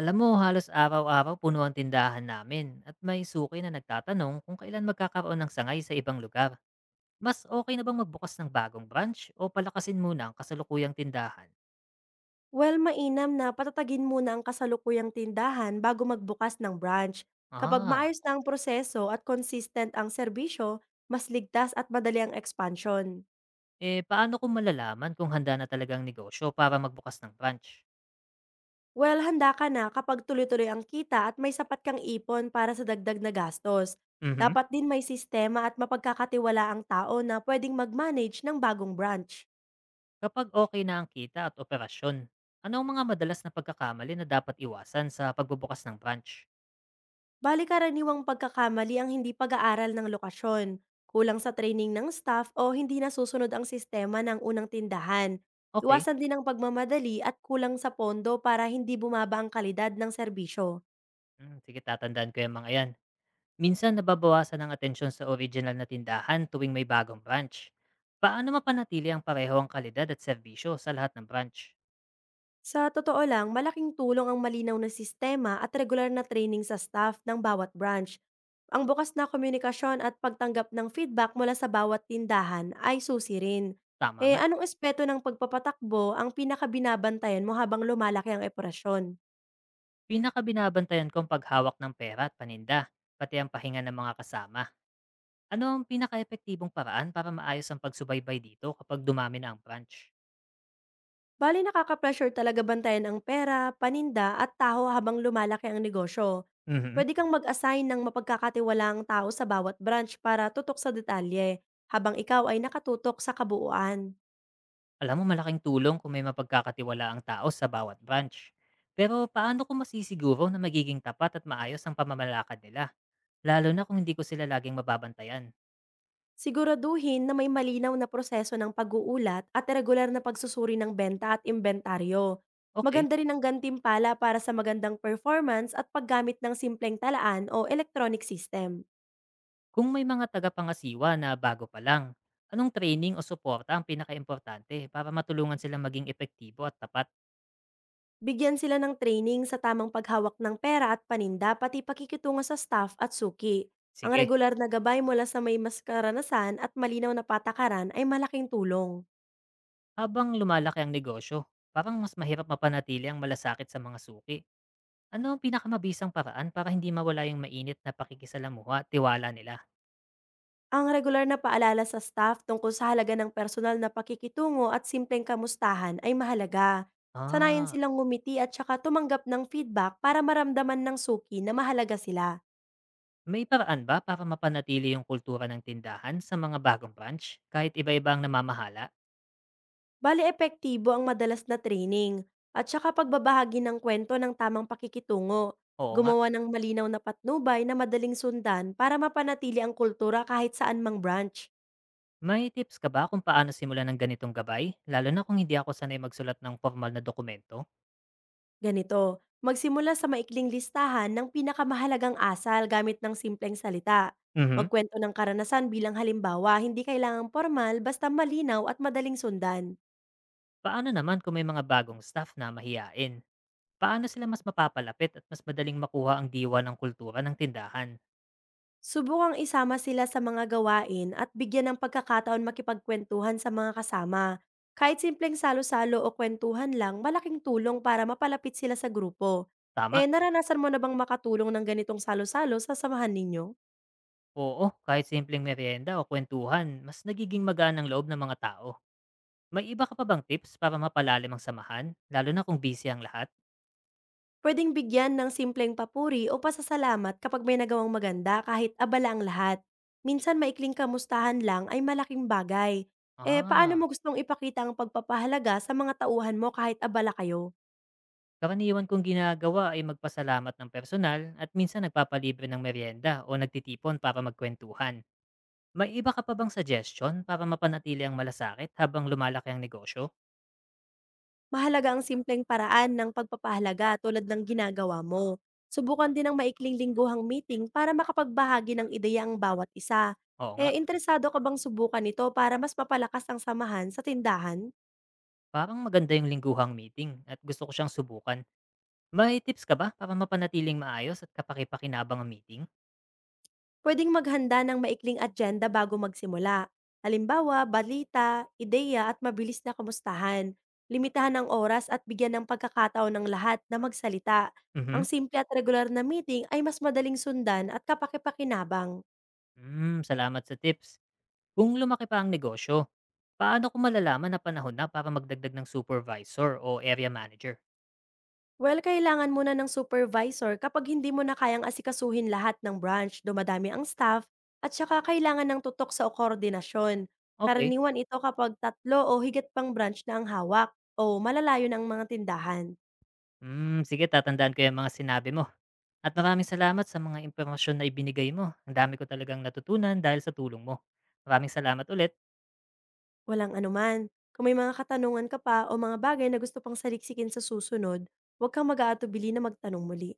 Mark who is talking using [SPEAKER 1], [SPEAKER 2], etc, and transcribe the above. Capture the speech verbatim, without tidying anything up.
[SPEAKER 1] Alam mo, halos araw-araw puno ang tindahan namin at may suki na nagtatanong kung kailan magkakaroon ng sangay sa ibang lugar. Mas okay na bang magbukas ng bagong branch o palakasin muna ang kasalukuyang tindahan?
[SPEAKER 2] Well, mainam na patatagin muna ang kasalukuyang tindahan bago magbukas ng branch. Kapag
[SPEAKER 1] Ah,
[SPEAKER 2] maayos na ang proseso at consistent ang serbisyo, mas ligtas at madali ang expansion.
[SPEAKER 1] eh paano kung malalaman kung handa na talagang negosyo para magbukas ng branch?
[SPEAKER 2] Well, handa ka na kapag tuloy-tuloy ang kita at may sapat kang ipon para sa dagdag na gastos.
[SPEAKER 1] Mhm.
[SPEAKER 2] Dapat din may sistema at mapagkakatiwala ang tao na pwedeng mag-manage ng bagong branch.
[SPEAKER 1] Kapag okay na ang kita at operasyon, ano ang mga madalas na pagkakamali na dapat iwasan sa pagbubukas ng branch?
[SPEAKER 2] Bali, karaniwang pagkakamali ang hindi pag-aaral ng lokasyon, kulang sa training ng staff, o hindi nasusunod ang sistema ng unang tindahan.
[SPEAKER 1] Okay,
[SPEAKER 2] Iwasan din ang pagmamadali at kulang sa pondo para hindi bumaba ang kalidad ng serbisyo.
[SPEAKER 1] hmm, sige tatandaan ko yung mga yan. Minsan nababawasan ang atensyon sa original na tindahan tuwing may bagong branch. Paano mapanatili ang pareho ang kalidad at serbisyo sa lahat ng branch?
[SPEAKER 2] Sa totoo lang, malaking tulong ang malinaw na sistema at regular na training sa staff ng bawat branch. Ang bukas na komunikasyon at pagtanggap ng feedback mula sa bawat tindahan ay susi rin.
[SPEAKER 1] Tama
[SPEAKER 2] Eh,
[SPEAKER 1] nga,
[SPEAKER 2] anong espeto ng pagpapatakbo ang pinakabinabantayan mo habang lumalaki ang operasyon?
[SPEAKER 1] pinakabinabantayan ko ang paghawak ng pera at paninda, pati ang pahinga ng mga kasama. Ano ang pinaka paraan para maayos ang pagsubaybay dito kapag dumami na ang branch?
[SPEAKER 2] Bali, nakaka-pressure talaga bantayan ang pera, paninda at tao habang lumalaki ang negosyo.
[SPEAKER 1] Mhm.
[SPEAKER 2] Pwede kang mag-assign ng mapagkakatiwalaang tao sa bawat branch para tutok sa detalye, habang ikaw ay nakatutok sa kabuuan.
[SPEAKER 1] Alam mo malaking tulong kung may mapagkakatiwalaang tao sa bawat branch. Pero paano ko masisiguro na magiging tapat at maayos ang pamamalakad nila? Lalo na kung hindi ko sila laging mababantayan.
[SPEAKER 2] Siguraduhin na may malinaw na proseso ng pag-uulat at regular na pagsusuri ng benta at inventaryo.
[SPEAKER 1] Okay,
[SPEAKER 2] Maganda rin ang gantimpala para sa magandang performance at paggamit ng simpleng talaan o electronic system.
[SPEAKER 1] kung may mga tagapangasiwa na bago pa lang, anong training o suporta ang pinakaimportante para matulungan silang maging epektibo at tapat?
[SPEAKER 2] Bigyan sila ng training sa tamang paghawak ng pera at paninda, pati pakikitungo sa staff at suki. Ang
[SPEAKER 1] Sige,
[SPEAKER 2] regular na gabay mula sa may mas karanasan at malinaw na patakaran ay malaking tulong.
[SPEAKER 1] habang lumalaki ang negosyo, parang mas mahirap mapanatili ang malasakit sa mga suki. Ano ang pinakamabisang paraan para hindi mawala yung mainit na pakikisalamuha at tiwala nila?
[SPEAKER 2] Ang regular na paalala sa staff tungkol sa halaga ng personal na pakikitungo at simpleng kamustahan ay mahalaga. Sanayin
[SPEAKER 1] Ah,
[SPEAKER 2] silang ngumiti at saka tumanggap ng feedback para maramdaman ng suki na mahalaga sila.
[SPEAKER 1] may paraan ba para mapanatili yung kultura ng tindahan sa mga bagong branch kahit iba-iba ang namamahala?
[SPEAKER 2] Bale, epektibo ang madalas na training at saka pagbabahagi ng kwento ng tamang pakikitungo.
[SPEAKER 1] Oo nga.
[SPEAKER 2] Gumawa ng malinaw na patnubay na madaling sundan para mapanatili ang kultura kahit saan mang branch.
[SPEAKER 1] May tips ka ba kung paano simulan ng ganitong gabay? Lalo na kung hindi ako sanay magsulat ng formal na dokumento?
[SPEAKER 2] Ganito, magsimula sa maikling listahan ng pinakamahalagang asal gamit ng simpleng salita.
[SPEAKER 1] Mhm.
[SPEAKER 2] Magkwento ng karanasan bilang halimbawa, hindi kailangang formal, basta malinaw at madaling sundan.
[SPEAKER 1] Paano naman kung may mga bagong staff na mahiyain? Paano sila mas mapapalapit at mas madaling makuha ang diwa ng kultura ng tindahan?
[SPEAKER 2] Subukang isama sila sa mga gawain at bigyan ng pagkakataon makipagkwentuhan sa mga kasama. Kahit simpleng salo-salo o kwentuhan lang, malaking tulong para mapalapit sila sa grupo.
[SPEAKER 1] Tama?
[SPEAKER 2] Eh, naranasan mo na bang makatulong ng ganitong salo-salo sa samahan ninyo?
[SPEAKER 1] Oo, kahit simpleng merienda o kwentuhan, mas nagiging magaan ang loob ng mga tao. May iba ka pa bang tips para mapalalim ang samahan, lalo na kung busy ang lahat?
[SPEAKER 2] Pwedeng bigyan ng simpleng papuri o pasasalamat kapag may nagawang maganda kahit abala ang lahat. Minsan, maikling kamustahan lang ay malaking bagay. Eh, paano
[SPEAKER 1] Ah,
[SPEAKER 2] mo gustong ipakita ang pagpapahalaga sa mga tauhan mo kahit abala kayo?
[SPEAKER 1] karaniwan kong ginagawa ay magpasalamat ng personal at minsan nagpapalibre ng merienda o nagtitipon para magkwentuhan. May iba ka pa bang suggestion para mapanatili ang malasakit habang lumalaki ang negosyo?
[SPEAKER 2] Mahalaga ang simpleng paraan ng pagpapahalaga tulad ng ginagawa mo. Subukan din ang maikling lingguhang meeting para makapagbahagi ng ideya ang bawat isa.
[SPEAKER 1] Oo nga,
[SPEAKER 2] Eh, interesado ka bang subukan ito para mas mapalakas ang samahan sa tindahan?
[SPEAKER 1] parang maganda yung lingguhang meeting at gusto ko siyang subukan. May tips ka ba para mapanatiling maayos at kapaki-pakinabang ang meeting?
[SPEAKER 2] Pwedeng maghanda ng maikling agenda bago magsimula. Halimbawa, balita, ideya at mabilis na kamustahan. Limitahan ang oras at bigyan ng pagkakataon ng lahat na magsalita. Ang
[SPEAKER 1] Mhm.
[SPEAKER 2] simple at regular na meeting ay mas madaling sundan at kapakipakinabang.
[SPEAKER 1] Mm, salamat sa tips. Kung lumaki pa ang negosyo, paano ko malalaman na panahon na para magdagdag ng supervisor o area manager?
[SPEAKER 2] Well, kailangan mo na ng supervisor kapag hindi mo na kayang asikasuhin lahat ng branch, dumadami ang staff, at saka kailangan ng tutok sa koordinasyon.
[SPEAKER 1] Okay,
[SPEAKER 2] Karaniwan ito kapag tatlo o higit pang branch na ang hawak, o malalayo ng mga tindahan.
[SPEAKER 1] hmm, sige tatandaan ko yung mga sinabi mo. At maraming salamat sa mga impormasyon na ibinigay mo. Ang dami ko talagang natutunan dahil sa tulong mo. Maraming salamat ulit.
[SPEAKER 2] Walang anuman. Kung may mga katanungan ka pa o mga bagay na gusto pang saliksikin sa susunod, huwag kang mag-aatubili na magtanong muli.